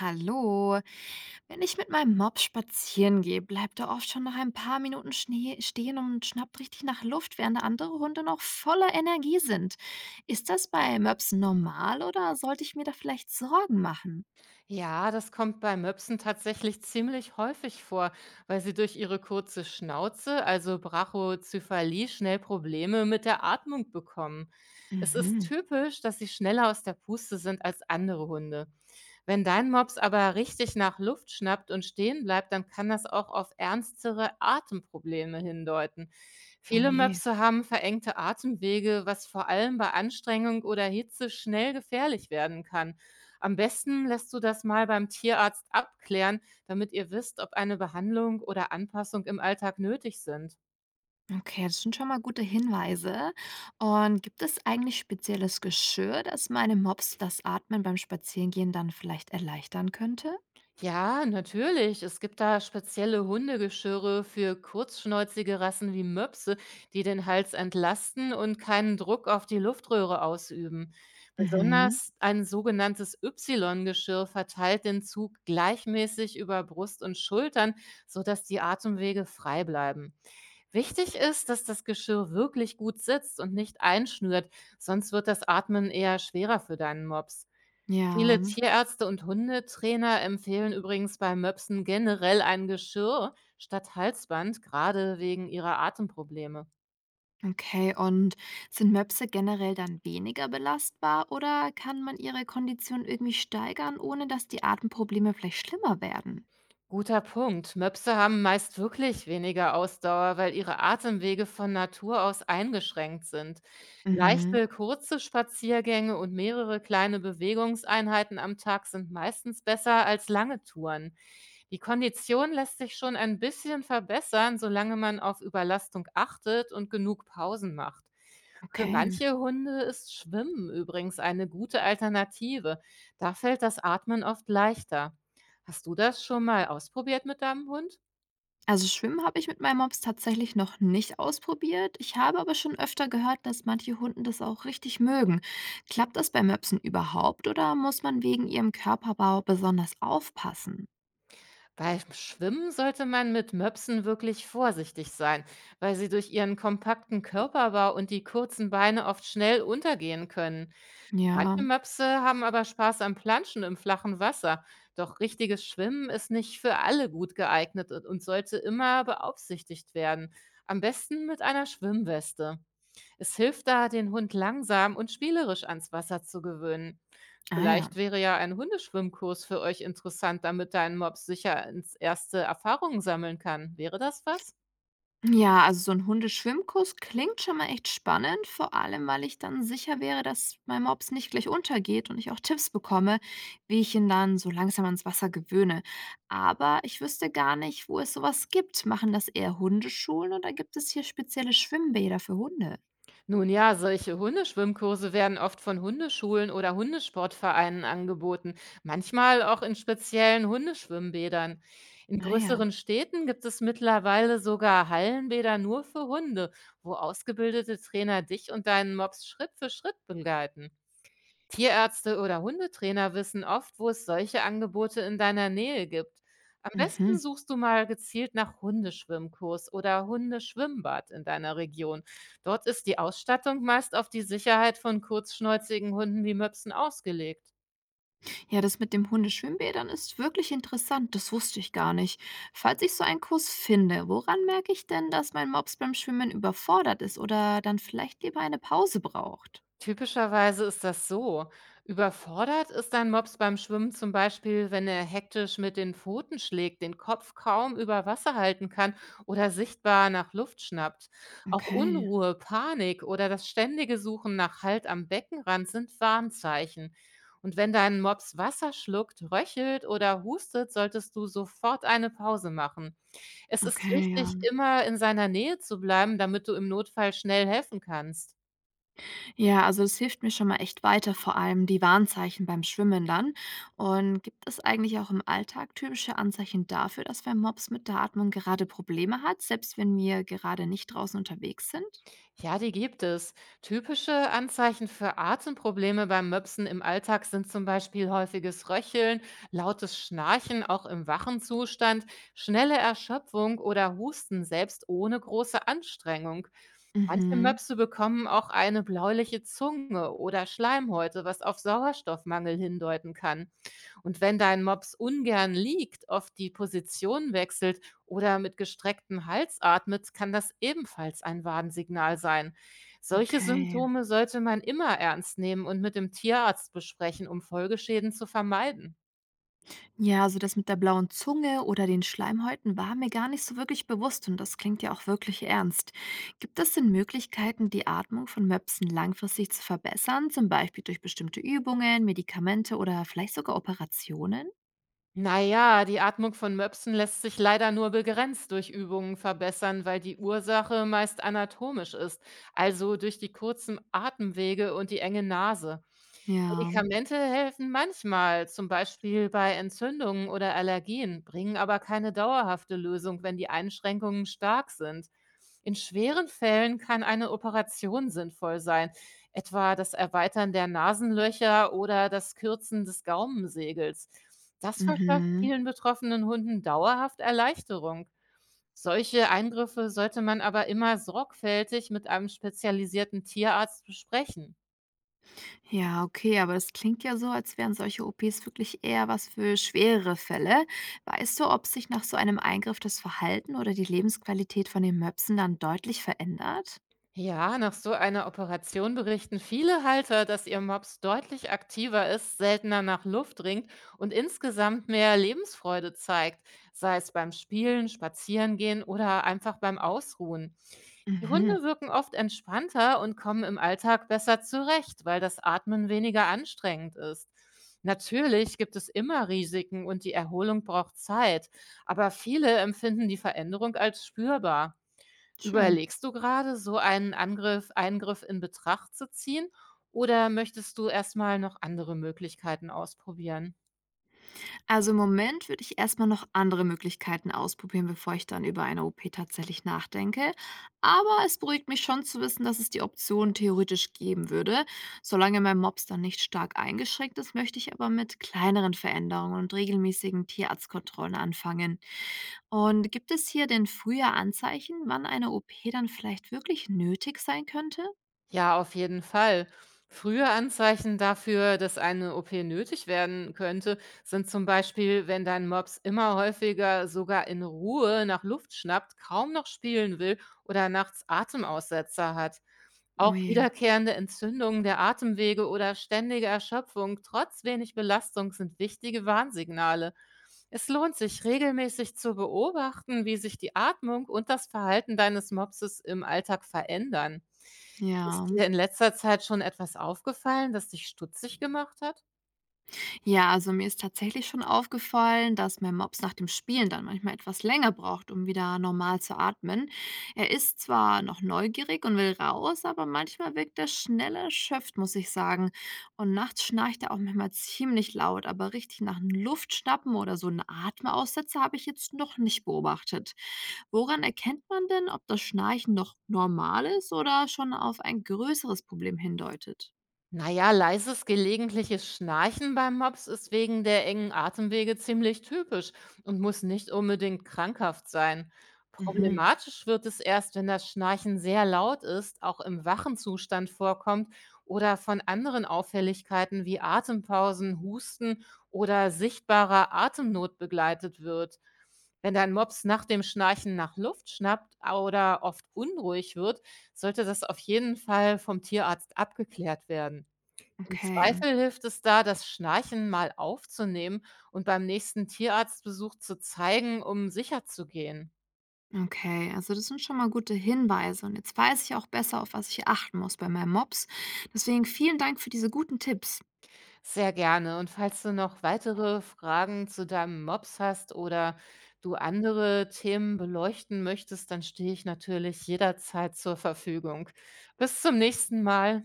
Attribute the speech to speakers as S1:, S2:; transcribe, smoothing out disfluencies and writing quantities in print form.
S1: Hallo. Wenn ich mit meinem Mob spazieren gehe, bleibt er oft schon nach ein paar Minuten Schnee stehen und schnappt richtig nach Luft, während andere Hunde noch voller Energie sind. Ist das bei Möpsen normal oder sollte ich mir da vielleicht Sorgen machen?
S2: Ja, das kommt bei Möpsen tatsächlich ziemlich häufig vor, weil sie durch ihre kurze Schnauze, also Brachycephalie, schnell Probleme mit der Atmung bekommen. Es ist
S1: Mhm.
S2: typisch, dass sie schneller aus der Puste sind als andere Hunde. Wenn dein Mops aber richtig nach Luft schnappt und stehen bleibt, dann kann das auch auf ernstere Atemprobleme hindeuten.
S1: Oh
S2: Viele
S1: je.
S2: Möpse haben verengte Atemwege, was vor allem bei Anstrengung oder Hitze schnell gefährlich werden kann. Am besten lässt du das mal beim Tierarzt abklären, damit ihr wisst, ob eine Behandlung oder Anpassung im Alltag nötig sind.
S1: Okay, das sind schon mal gute Hinweise. Und gibt es eigentlich spezielles Geschirr, das meine Mops das Atmen beim Spazierengehen dann vielleicht erleichtern könnte?
S2: Ja, natürlich. Es gibt da spezielle Hundegeschirre für kurzschnäuzige Rassen wie Möpse, die den Hals entlasten und keinen Druck auf die Luftröhre ausüben.
S1: Mhm.
S2: Besonders ein sogenanntes Y-Geschirr verteilt den Zug gleichmäßig über Brust und Schultern, sodass die Atemwege frei bleiben. Wichtig ist, dass das Geschirr wirklich gut sitzt und nicht einschnürt, sonst wird das Atmen eher schwerer für deinen Mops.
S1: Ja.
S2: Viele Tierärzte und Hundetrainer empfehlen übrigens bei Möpsen generell ein Geschirr statt Halsband, gerade wegen ihrer Atemprobleme.
S1: Okay, und sind Möpse generell dann weniger belastbar oder kann man ihre Kondition irgendwie steigern, ohne dass die Atemprobleme vielleicht schlimmer werden?
S2: Guter Punkt. Möpse haben meist wirklich weniger Ausdauer, weil ihre Atemwege von Natur aus eingeschränkt sind.
S1: Mhm,
S2: Leichte, kurze Spaziergänge und mehrere kleine Bewegungseinheiten am Tag sind meistens besser als lange Touren. Die Kondition lässt sich schon ein bisschen verbessern, solange man auf Überlastung achtet und genug Pausen macht. Für
S1: okay.
S2: manche Hunde ist Schwimmen übrigens eine gute Alternative. Da fällt das Atmen oft leichter. Hast du das schon mal ausprobiert mit deinem Hund?
S1: Also Schwimmen habe ich mit meinem Mops tatsächlich noch nicht ausprobiert. Ich habe aber schon öfter gehört, dass manche Hunden das auch richtig mögen. Klappt das bei Möpsen überhaupt oder muss man wegen ihrem Körperbau besonders aufpassen?
S2: Beim Schwimmen sollte man mit Möpsen wirklich vorsichtig sein, weil sie durch ihren kompakten Körperbau und die kurzen Beine oft schnell untergehen können.
S1: Ja,
S2: Manche Möpse haben aber Spaß am Planschen im flachen Wasser. Doch richtiges Schwimmen ist nicht für alle gut geeignet und sollte immer beaufsichtigt werden. Am besten mit einer Schwimmweste. Es hilft da, den Hund langsam und spielerisch ans Wasser zu gewöhnen.
S1: ah ja.
S2: Vielleicht wäre ja ein Hundeschwimmkurs für euch interessant, damit dein Mops sicher ins erste Erfahrungen sammeln kann. Wäre das was?
S1: Ja, also so ein Hundeschwimmkurs klingt schon mal echt spannend, vor allem, weil ich dann sicher wäre, dass mein Mops nicht gleich untergeht und ich auch Tipps bekomme, wie ich ihn dann so langsam ans Wasser gewöhne. Aber ich wüsste gar nicht, wo es sowas gibt. Machen das eher Hundeschulen oder gibt es hier spezielle Schwimmbäder für Hunde?
S2: Nun ja, solche Hundeschwimmkurse werden oft von Hundeschulen oder Hundesportvereinen angeboten, manchmal auch in speziellen Hundeschwimmbädern. In
S1: Naja.
S2: größeren Städten gibt es mittlerweile sogar Hallenbäder nur für Hunde, wo ausgebildete Trainer dich und deinen Mops Schritt für Schritt begleiten. Tierärzte oder Hundetrainer wissen oft, wo es solche Angebote in deiner Nähe gibt. Am besten
S1: Mhm.
S2: suchst du mal gezielt nach Hundeschwimmkurs oder Hundeschwimmbad in deiner Region. Dort ist die Ausstattung meist auf die Sicherheit von kurzschnäuzigen Hunden wie Möpsen ausgelegt.
S1: Ja, das mit dem Hundeschwimmbädern ist wirklich interessant. Das wusste ich gar nicht. Falls ich so einen Kurs finde, woran merke ich denn, dass mein Mops beim Schwimmen überfordert ist oder dann vielleicht lieber eine Pause braucht?
S2: Typischerweise ist das so. Überfordert ist ein Mops beim Schwimmen zum Beispiel, wenn er hektisch mit den Pfoten schlägt, den Kopf kaum über Wasser halten kann oder sichtbar nach Luft schnappt. Auch
S1: Okay,
S2: Unruhe, Panik oder das ständige Suchen nach Halt am Beckenrand sind Warnzeichen. Und wenn dein Mops Wasser schluckt, röchelt oder hustet, solltest du sofort eine Pause machen. Es ist
S1: okay,
S2: wichtig,
S1: ja.
S2: immer in seiner Nähe zu bleiben, damit du im Notfall schnell helfen kannst.
S1: Ja, also es hilft mir schon mal echt weiter, vor allem die Warnzeichen beim Schwimmen dann. Und gibt es eigentlich auch im Alltag typische Anzeichen dafür, dass mein Mops mit der Atmung gerade Probleme hat, selbst wenn wir gerade nicht draußen unterwegs sind?
S2: Ja, die gibt es. Typische Anzeichen für Atemprobleme beim Möpsen im Alltag sind zum Beispiel häufiges Röcheln, lautes Schnarchen auch im wachen Zustand, schnelle Erschöpfung oder Husten selbst ohne große Anstrengung. Manche
S1: Mhm,
S2: Möpse bekommen auch eine bläuliche Zunge oder Schleimhäute, was auf Sauerstoffmangel hindeuten kann. Und wenn dein Mops ungern liegt, oft die Position wechselt oder mit gestrecktem Hals atmet, kann das ebenfalls ein Warnsignal sein. Solche
S1: okay.
S2: Symptome sollte man immer ernst nehmen und mit dem Tierarzt besprechen, um Folgeschäden zu vermeiden.
S1: Ja, also das mit der blauen Zunge oder den Schleimhäuten war mir gar nicht so wirklich bewusst und das klingt ja auch wirklich ernst. Gibt es denn Möglichkeiten, die Atmung von Möpsen langfristig zu verbessern, zum Beispiel durch bestimmte Übungen, Medikamente oder vielleicht sogar Operationen?
S2: Na ja, die Atmung von Möpsen lässt sich leider nur begrenzt durch Übungen verbessern, weil die Ursache meist anatomisch ist, also durch die kurzen Atemwege und die enge Nase.
S1: Ja,
S2: Medikamente helfen manchmal, zum Beispiel bei Entzündungen oder Allergien, bringen aber keine dauerhafte Lösung, wenn die Einschränkungen stark sind. In schweren Fällen kann eine Operation sinnvoll sein, etwa das Erweitern der Nasenlöcher oder das Kürzen des Gaumensegels. Das verschafft
S1: mhm.
S2: vielen betroffenen Hunden dauerhaft Erleichterung. Solche Eingriffe sollte man aber immer sorgfältig mit einem spezialisierten Tierarzt besprechen.
S1: Ja, okay, aber das klingt ja so, als wären solche OPs wirklich eher was für schwerere Fälle. Weißt du, ob sich nach so einem Eingriff das Verhalten oder die Lebensqualität von den Möpsen dann deutlich verändert?
S2: Ja, nach so einer Operation berichten viele Halter, dass ihr Mops deutlich aktiver ist, seltener nach Luft ringt und insgesamt mehr Lebensfreude zeigt, sei es beim Spielen, Spazierengehen oder einfach beim Ausruhen. Die
S1: Mhm,
S2: Hunde wirken oft entspannter und kommen im Alltag besser zurecht, weil das Atmen weniger anstrengend ist. Natürlich gibt es immer Risiken und die Erholung braucht Zeit, aber viele empfinden die Veränderung als spürbar.
S1: schön.
S2: Überlegst du gerade so einen Angriff Eingriff in Betracht zu ziehen oder möchtest du erst mal noch andere Möglichkeiten ausprobieren?
S1: Also im Moment würde ich erstmal noch andere Möglichkeiten ausprobieren, bevor ich dann über eine OP tatsächlich nachdenke. Aber es beruhigt mich schon zu wissen, dass es die Option theoretisch geben würde. Solange mein Mops dann nicht stark eingeschränkt ist, möchte ich aber mit kleineren Veränderungen und regelmäßigen Tierarztkontrollen anfangen. Und gibt es hier denn früher Anzeichen, wann eine OP dann vielleicht wirklich nötig sein könnte?
S2: Ja, auf jeden Fall. Frühe Anzeichen dafür, dass eine OP nötig werden könnte, sind zum Beispiel, wenn dein Mops immer häufiger sogar in Ruhe nach Luft schnappt, kaum noch spielen will oder nachts Atemaussetzer hat. Auch
S1: Ui,
S2: wiederkehrende Entzündungen der Atemwege oder ständige Erschöpfung trotz wenig Belastung sind wichtige Warnsignale. Es lohnt sich, regelmäßig zu beobachten, wie sich die Atmung und das Verhalten deines Mopses im Alltag verändern.
S1: ja.
S2: Ist dir in letzter Zeit schon etwas aufgefallen, das dich stutzig gemacht hat?
S1: Ja, also mir ist tatsächlich schon aufgefallen, dass mein Mops nach dem Spielen dann manchmal etwas länger braucht, um wieder normal zu atmen. Er ist zwar noch neugierig und will raus, aber manchmal wirkt er schnell erschöpft, muss ich sagen. Und nachts schnarcht er auch manchmal ziemlich laut, aber richtig nach einem Luftschnappen oder so einen Atemaussetzer habe ich jetzt noch nicht beobachtet. Woran erkennt man denn, ob das Schnarchen noch normal ist oder schon auf ein größeres Problem hindeutet?
S2: Na ja, leises gelegentliches Schnarchen beim Mops ist wegen der engen Atemwege ziemlich typisch und muss nicht unbedingt krankhaft sein.
S1: Mhm,
S2: Problematisch wird es erst, wenn das Schnarchen sehr laut ist, auch im wachen Zustand vorkommt oder von anderen Auffälligkeiten wie Atempausen, Husten oder sichtbarer Atemnot begleitet wird. Wenn dein Mops nach dem Schnarchen nach Luft schnappt oder oft unruhig wird, sollte das auf jeden Fall vom Tierarzt abgeklärt werden. Im
S1: okay.
S2: Zweifel hilft es da, das Schnarchen mal aufzunehmen und beim nächsten Tierarztbesuch zu zeigen, um sicher zu gehen.
S1: Okay, also das sind schon mal gute Hinweise und jetzt weiß ich auch besser, auf was ich achten muss bei meinem Mops. Deswegen vielen Dank für diese guten Tipps.
S2: Sehr gerne. Und falls du noch weitere Fragen zu deinem Mops hast oder du andere Themen beleuchten möchtest, dann stehe ich natürlich jederzeit zur Verfügung. Bis zum nächsten Mal.